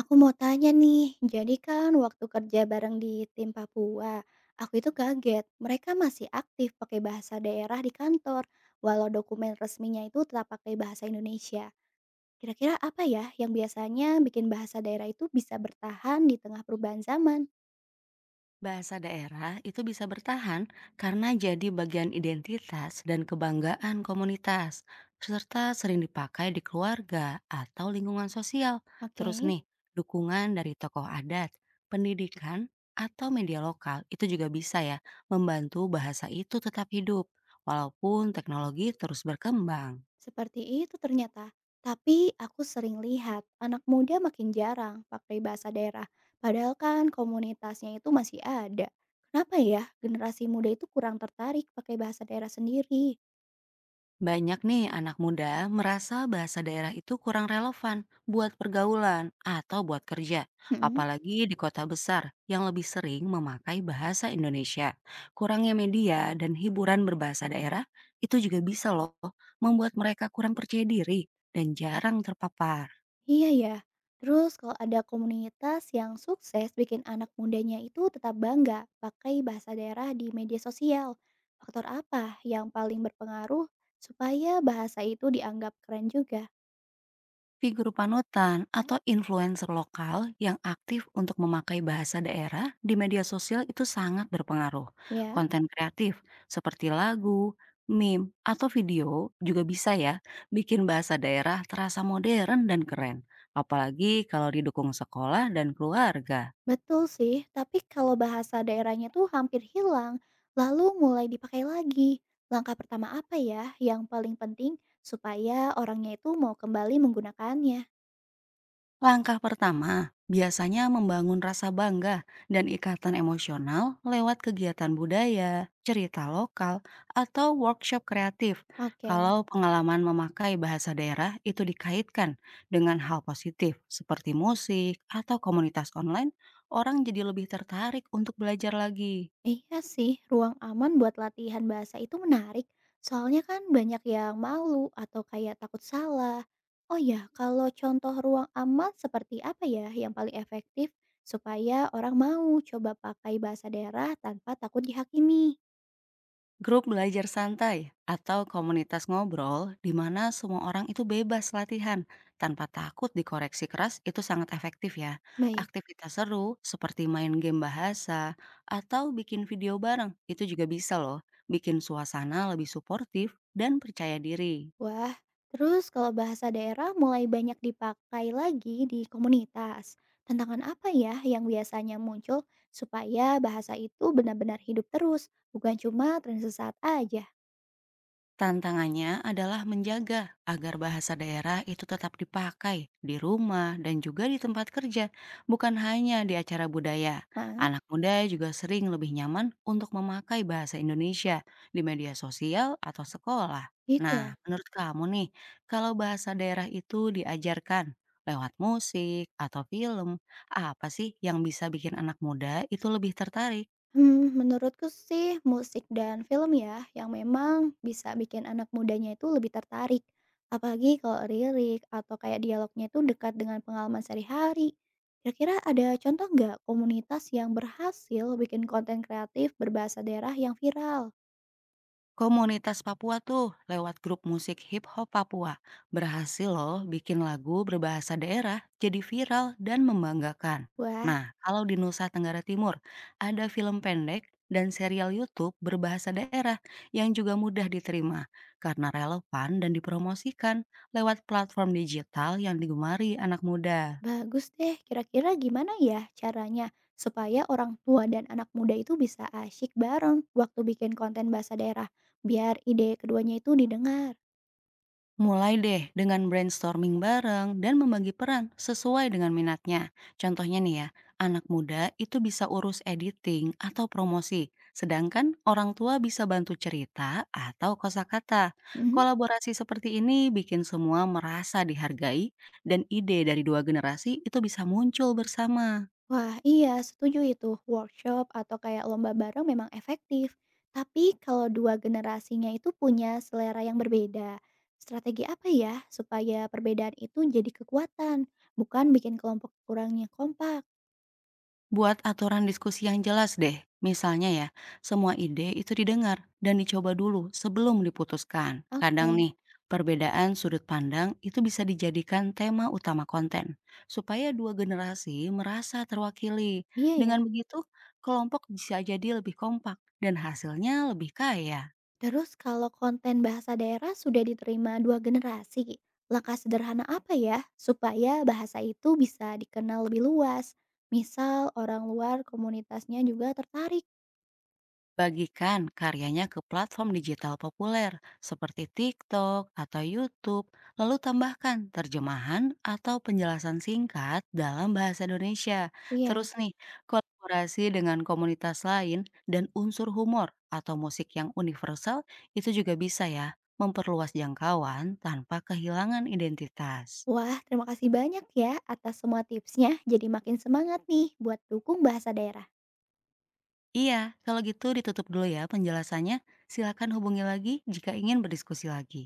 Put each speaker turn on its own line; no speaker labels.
Aku mau tanya nih, jadi kan waktu kerja bareng di tim Papua, aku itu kaget. Mereka masih aktif pakai bahasa daerah di kantor, walau dokumen resminya itu tetap pakai bahasa Indonesia. Kira-kira apa ya yang biasanya bikin bahasa daerah itu bisa bertahan di tengah perubahan zaman?
Bahasa daerah itu bisa bertahan karena jadi bagian identitas dan kebanggaan komunitas, serta sering dipakai di keluarga atau lingkungan sosial.
Oke.
Terus nih, dukungan dari tokoh adat, pendidikan, atau media lokal itu juga bisa ya membantu bahasa itu tetap hidup, walaupun teknologi terus berkembang.
Seperti itu ternyata. Tapi aku sering lihat anak muda makin jarang pakai bahasa daerah. Padahal kan komunitasnya itu masih ada. Kenapa ya generasi muda itu kurang tertarik pakai bahasa daerah sendiri?
Banyak nih anak muda merasa bahasa daerah itu kurang relevan buat pergaulan atau buat kerja,
Mm-mm.
apalagi di kota besar yang lebih sering memakai bahasa Indonesia. Kurangnya media dan hiburan berbahasa daerah itu juga bisa loh membuat mereka kurang percaya diri dan jarang terpapar.
Iya ya. Terus kalau ada komunitas yang sukses bikin anak mudanya itu tetap bangga pakai bahasa daerah di media sosial. Faktor apa yang paling berpengaruh supaya bahasa itu dianggap keren juga?
Figur panutan atau influencer lokal yang aktif untuk memakai bahasa daerah di media sosial itu sangat berpengaruh.
Ya.
Konten kreatif seperti lagu, meme, atau video juga bisa ya bikin bahasa daerah terasa modern dan keren. Apalagi kalau didukung sekolah dan keluarga.
Betul sih, tapi kalau bahasa daerahnya tuh hampir hilang, lalu mulai dipakai lagi. Langkah pertama apa ya yang paling penting supaya orangnya itu mau kembali menggunakannya?
Langkah pertama biasanya membangun rasa bangga dan ikatan emosional lewat kegiatan budaya, cerita lokal, atau workshop kreatif.
Oke.
Kalau pengalaman memakai bahasa daerah itu dikaitkan dengan hal positif seperti musik atau komunitas online, orang jadi lebih tertarik untuk belajar lagi.
Iya sih, ruang aman buat latihan bahasa itu menarik. Soalnya kan banyak yang malu atau kayak takut salah. Oh ya, kalau contoh ruang aman seperti apa ya yang paling efektif supaya orang mau coba pakai bahasa daerah tanpa takut dihakimi?
Grup belajar santai atau komunitas ngobrol di mana semua orang itu bebas latihan tanpa takut dikoreksi keras itu sangat efektif ya.
Baik.
Aktivitas seru seperti main game bahasa atau bikin video bareng itu juga bisa loh bikin suasana lebih suportif dan percaya diri.
Wah, terus kalau bahasa daerah mulai banyak dipakai lagi di komunitas, tantangan apa ya yang biasanya muncul supaya bahasa itu benar-benar hidup terus, bukan cuma tren sesaat aja?
Tantangannya adalah menjaga agar bahasa daerah itu tetap dipakai di rumah dan juga di tempat kerja, bukan hanya di acara budaya.
Hah?
Anak muda juga sering lebih nyaman untuk memakai bahasa Indonesia di media sosial atau sekolah.
Gitu
Nah,
ya?
menurut kamu nih, kalau bahasa daerah itu diajarkan lewat musik atau film, apa sih yang bisa bikin anak muda itu lebih tertarik?
Menurutku sih musik dan film ya, yang memang bisa bikin anak mudanya itu lebih tertarik. Apalagi kalau lirik atau kayak dialognya itu dekat dengan pengalaman sehari-hari. Kira-kira ada contoh nggak komunitas yang berhasil bikin konten kreatif berbahasa daerah yang viral?
Komunitas Papua tuh lewat grup musik hip hop Papua berhasil loh bikin lagu berbahasa daerah jadi viral dan membanggakan.
Wah,
Nah, kalau di Nusa Tenggara Timur ada film pendek dan serial YouTube berbahasa daerah yang juga mudah diterima karena relevan dan dipromosikan lewat platform digital yang digemari anak muda.
bagus deh. Kira-kira gimana ya caranya supaya orang tua dan anak muda itu bisa asyik bareng waktu bikin konten bahasa daerah, biar ide keduanya itu didengar?
Mulai deh dengan brainstorming bareng dan membagi peran sesuai dengan minatnya. Contohnya nih ya, anak muda itu bisa urus editing atau promosi, sedangkan orang tua bisa bantu cerita atau kosakata.
Mhm.
Kolaborasi seperti ini bikin semua merasa dihargai dan ide dari dua generasi itu bisa muncul bersama.
Wah, iya, setuju itu. Workshop atau kayak lomba bareng memang efektif. Tapi kalau dua generasinya itu punya selera yang berbeda, strategi apa ya supaya perbedaan itu jadi kekuatan, bukan bikin kelompok kurangnya kompak?
Buat aturan diskusi yang jelas deh. Misalnya ya, semua ide itu didengar dan dicoba dulu sebelum diputuskan.
Oke,
Kadang nih, perbedaan sudut pandang itu bisa dijadikan tema utama konten, supaya dua generasi merasa terwakili.
iya ya.
Dengan begitu, kelompok bisa jadi lebih kompak dan hasilnya lebih kaya.
Terus kalau konten bahasa daerah sudah diterima dua generasi, langkah sederhana apa ya supaya bahasa itu bisa dikenal lebih luas? Misal orang luar komunitasnya juga tertarik.
Bagikan karyanya ke platform digital populer seperti TikTok atau YouTube, lalu tambahkan terjemahan atau penjelasan singkat dalam bahasa Indonesia.
Iya.
Terus nih, kolaborasi dengan komunitas lain dan unsur humor atau musik yang universal itu juga bisa ya memperluas jangkauan tanpa kehilangan identitas.
Wah, terima kasih banyak ya atas semua tipsnya. Jadi makin semangat nih buat dukung bahasa daerah.
Iya, kalau gitu ditutup dulu ya penjelasannya. Silakan hubungi lagi jika ingin berdiskusi lagi.